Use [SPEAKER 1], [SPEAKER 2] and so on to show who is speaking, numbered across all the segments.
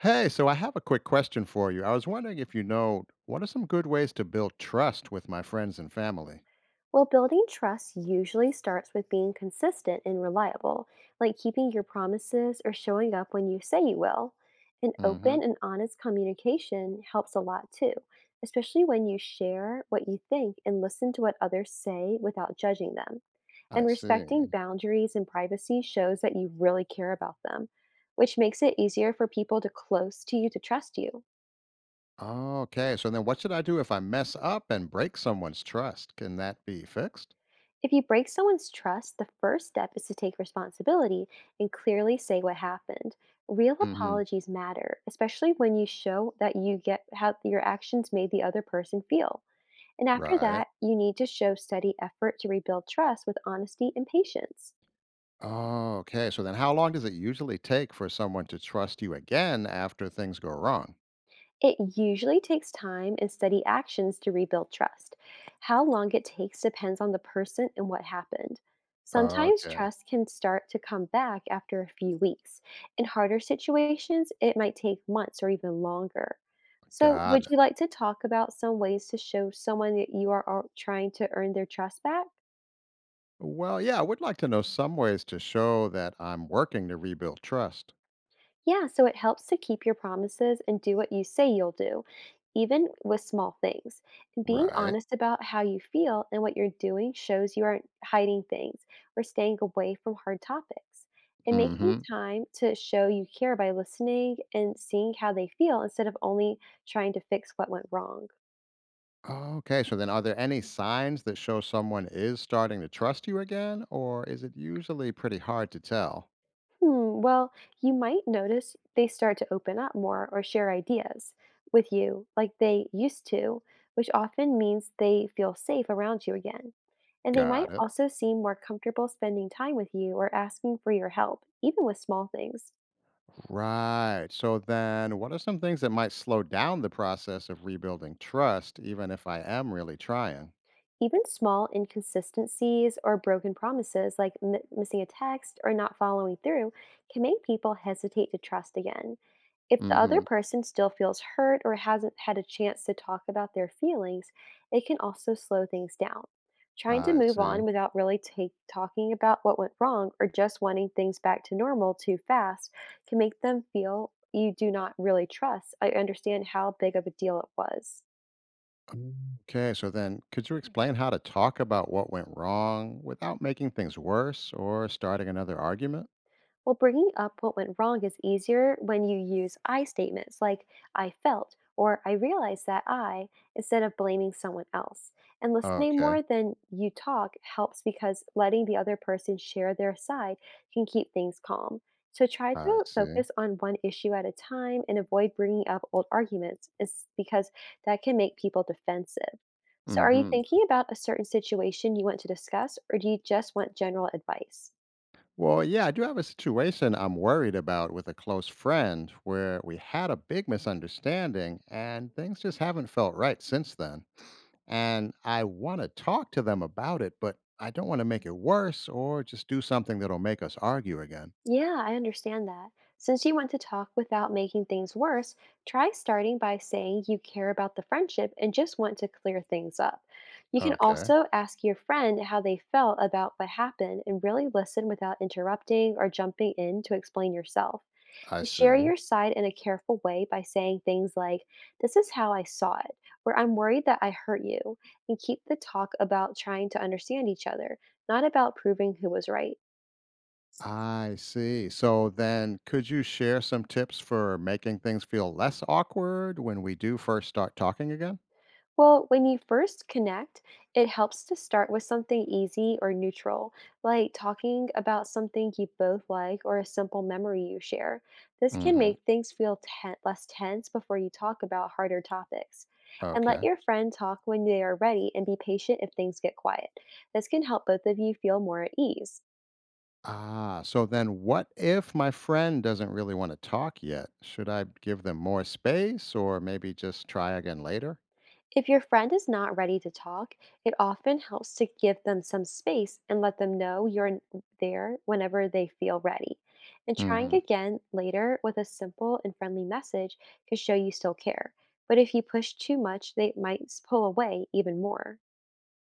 [SPEAKER 1] Hey, so I have a quick question for you. I was wondering if you know what are some good ways to build trust with my friends and family?
[SPEAKER 2] Well, building trust usually starts with being consistent and reliable, like keeping your promises or showing up when you say you will. And open
[SPEAKER 1] Hmm.
[SPEAKER 2] and honest communication helps a lot too, especially when you share what you think and listen to what others say without judging them.
[SPEAKER 1] I
[SPEAKER 2] And respecting
[SPEAKER 1] see.
[SPEAKER 2] boundaries and privacy shows that you really care about them, which makes it easier for people to close to you to trust you.
[SPEAKER 1] Okay, so then what should I do if I mess up and break someone's trust? Can that be fixed?
[SPEAKER 2] If you break someone's trust, the first step is to take responsibility and clearly say what happened. Real
[SPEAKER 1] Hmm.
[SPEAKER 2] apologies matter, especially when you show that you get how your actions made the other person feel. And after
[SPEAKER 1] Right.
[SPEAKER 2] that, you need to show steady effort to rebuild trust with honesty and patience.
[SPEAKER 1] Okay, so then how long does it usually take for someone to trust you again after things go wrong?
[SPEAKER 2] It usually takes time and steady actions to rebuild trust. How long it takes depends on the person and what happened. Sometimes
[SPEAKER 1] Okay,
[SPEAKER 2] trust can start to come back after a few weeks. In harder situations, it might take months or even longer. So,
[SPEAKER 1] got
[SPEAKER 2] would
[SPEAKER 1] it.
[SPEAKER 2] you like to talk about some ways to show someone that you are trying to earn their trust back?
[SPEAKER 1] Well, yeah, I would like to know some ways to show that I'm working to rebuild trust.
[SPEAKER 2] Yeah, so it helps to keep your promises and do what you say you'll do, even with small things. Being
[SPEAKER 1] Right.
[SPEAKER 2] honest about how you feel and what you're doing shows you aren't hiding things or staying away from hard topics. And making
[SPEAKER 1] Hmm.
[SPEAKER 2] time to show you care by listening and seeing how they feel instead of only trying to fix what went wrong.
[SPEAKER 1] Okay, so then are there any signs that show someone is starting to trust you again, or is it usually pretty hard to tell?
[SPEAKER 2] Well, you might notice they start to open up more or share ideas with you like they used to, which often means they feel safe around you again. And they
[SPEAKER 1] Got
[SPEAKER 2] might
[SPEAKER 1] it.
[SPEAKER 2] also seem more comfortable spending time with you or asking for your help, even with small things.
[SPEAKER 1] Right. So then, what are some things that might slow down the process of rebuilding trust, even if I am really trying?
[SPEAKER 2] Even small inconsistencies or broken promises, like missing a text or not following through, can make people hesitate to trust again. If
[SPEAKER 1] Mm
[SPEAKER 2] the other
[SPEAKER 1] hmm.
[SPEAKER 2] person still feels hurt or hasn't had a chance to talk about their feelings, it can also slow things down. Trying to
[SPEAKER 1] I
[SPEAKER 2] move
[SPEAKER 1] see.
[SPEAKER 2] on without talking about what went wrong or just wanting things back to normal too fast can make them feel you do not really trust. I understand how big of a deal it was.
[SPEAKER 1] Okay, so then could you explain how to talk about what went wrong without making things worse or starting another argument?
[SPEAKER 2] Well, bringing up what went wrong is easier when you use I statements like I felt or I realized that I, instead of blaming someone else. And listening
[SPEAKER 1] Okay,
[SPEAKER 2] more than you talk helps, because letting the other person share their side can keep things calm. So try
[SPEAKER 1] I
[SPEAKER 2] to
[SPEAKER 1] see.
[SPEAKER 2] focus on one issue at a time and avoid bringing up old arguments, is because that can make people defensive. So
[SPEAKER 1] Mm
[SPEAKER 2] are you
[SPEAKER 1] hmm.
[SPEAKER 2] thinking about a certain situation you want to discuss, or do you just want general advice?
[SPEAKER 1] Well, yeah, I do have a situation I'm worried about with a close friend where we had a big misunderstanding and things just haven't felt right since then. And I want to talk to them about it, but I don't want to make it worse or just do something that'll make us argue again.
[SPEAKER 2] Yeah, I understand that. Since you want to talk without making things worse, try starting by saying you care about the friendship and just want to clear things up. You can
[SPEAKER 1] Okay,
[SPEAKER 2] also ask your friend how they felt about what happened and really listen without interrupting or jumping in to explain yourself.
[SPEAKER 1] I
[SPEAKER 2] And share
[SPEAKER 1] see.
[SPEAKER 2] your side in a careful way by saying things like, "This is how I saw it," or "I'm worried that I hurt you," and keep the talk about trying to understand each other, not about proving who was right.
[SPEAKER 1] I see. So then, could you share some tips for making things feel less awkward when we do first start talking again?
[SPEAKER 2] Well, when you first connect, it helps to start with something easy or neutral, like talking about something you both like or a simple memory you share. This can
[SPEAKER 1] Hmm.
[SPEAKER 2] make things feel less tense before you talk about harder topics. And let
[SPEAKER 1] Okay.
[SPEAKER 2] your friend talk when they are ready and be patient if things get quiet. This can help both of you feel more at ease.
[SPEAKER 1] Ah, so then what if my friend doesn't really want to talk yet? Should I give them more space or maybe just try again later?
[SPEAKER 2] If your friend is not ready to talk, it often helps to give them some space and let them know there whenever they feel ready. And trying
[SPEAKER 1] Hmm.
[SPEAKER 2] again later with a simple and friendly message can show you still care. But if you push too much, they might pull away even more.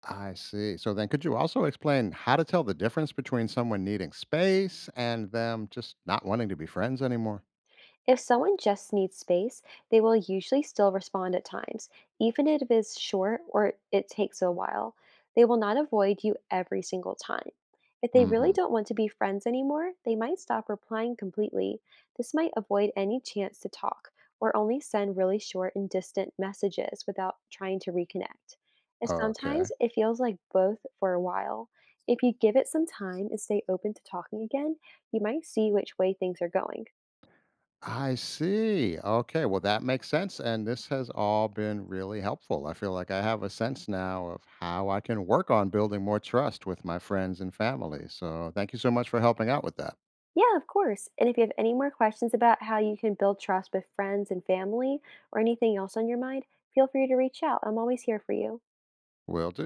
[SPEAKER 1] I see. So then could you also explain how to tell the difference between someone needing space and them just not wanting to be friends anymore?
[SPEAKER 2] If someone just needs space, they will usually still respond at times, even if it is short or it takes a while. They will not avoid you every single time. If they
[SPEAKER 1] Hmm.
[SPEAKER 2] really don't want to be friends anymore, they might stop replying completely. This might avoid any chance to talk or only send really short and distant messages without trying to reconnect. And
[SPEAKER 1] Okay.
[SPEAKER 2] sometimes it feels like both for a while. If you give it some time and stay open to talking again, you might see which way things are going.
[SPEAKER 1] I see. Okay. Well, that makes sense. And this has all been really helpful. I feel like I have a sense now of how I can work on building more trust with my friends and family. So thank you so much for helping out with that.
[SPEAKER 2] Yeah, of course. And if you have any more questions about how you can build trust with friends and family or anything else on your mind, feel free to reach out. I'm always here for you.
[SPEAKER 1] Will do.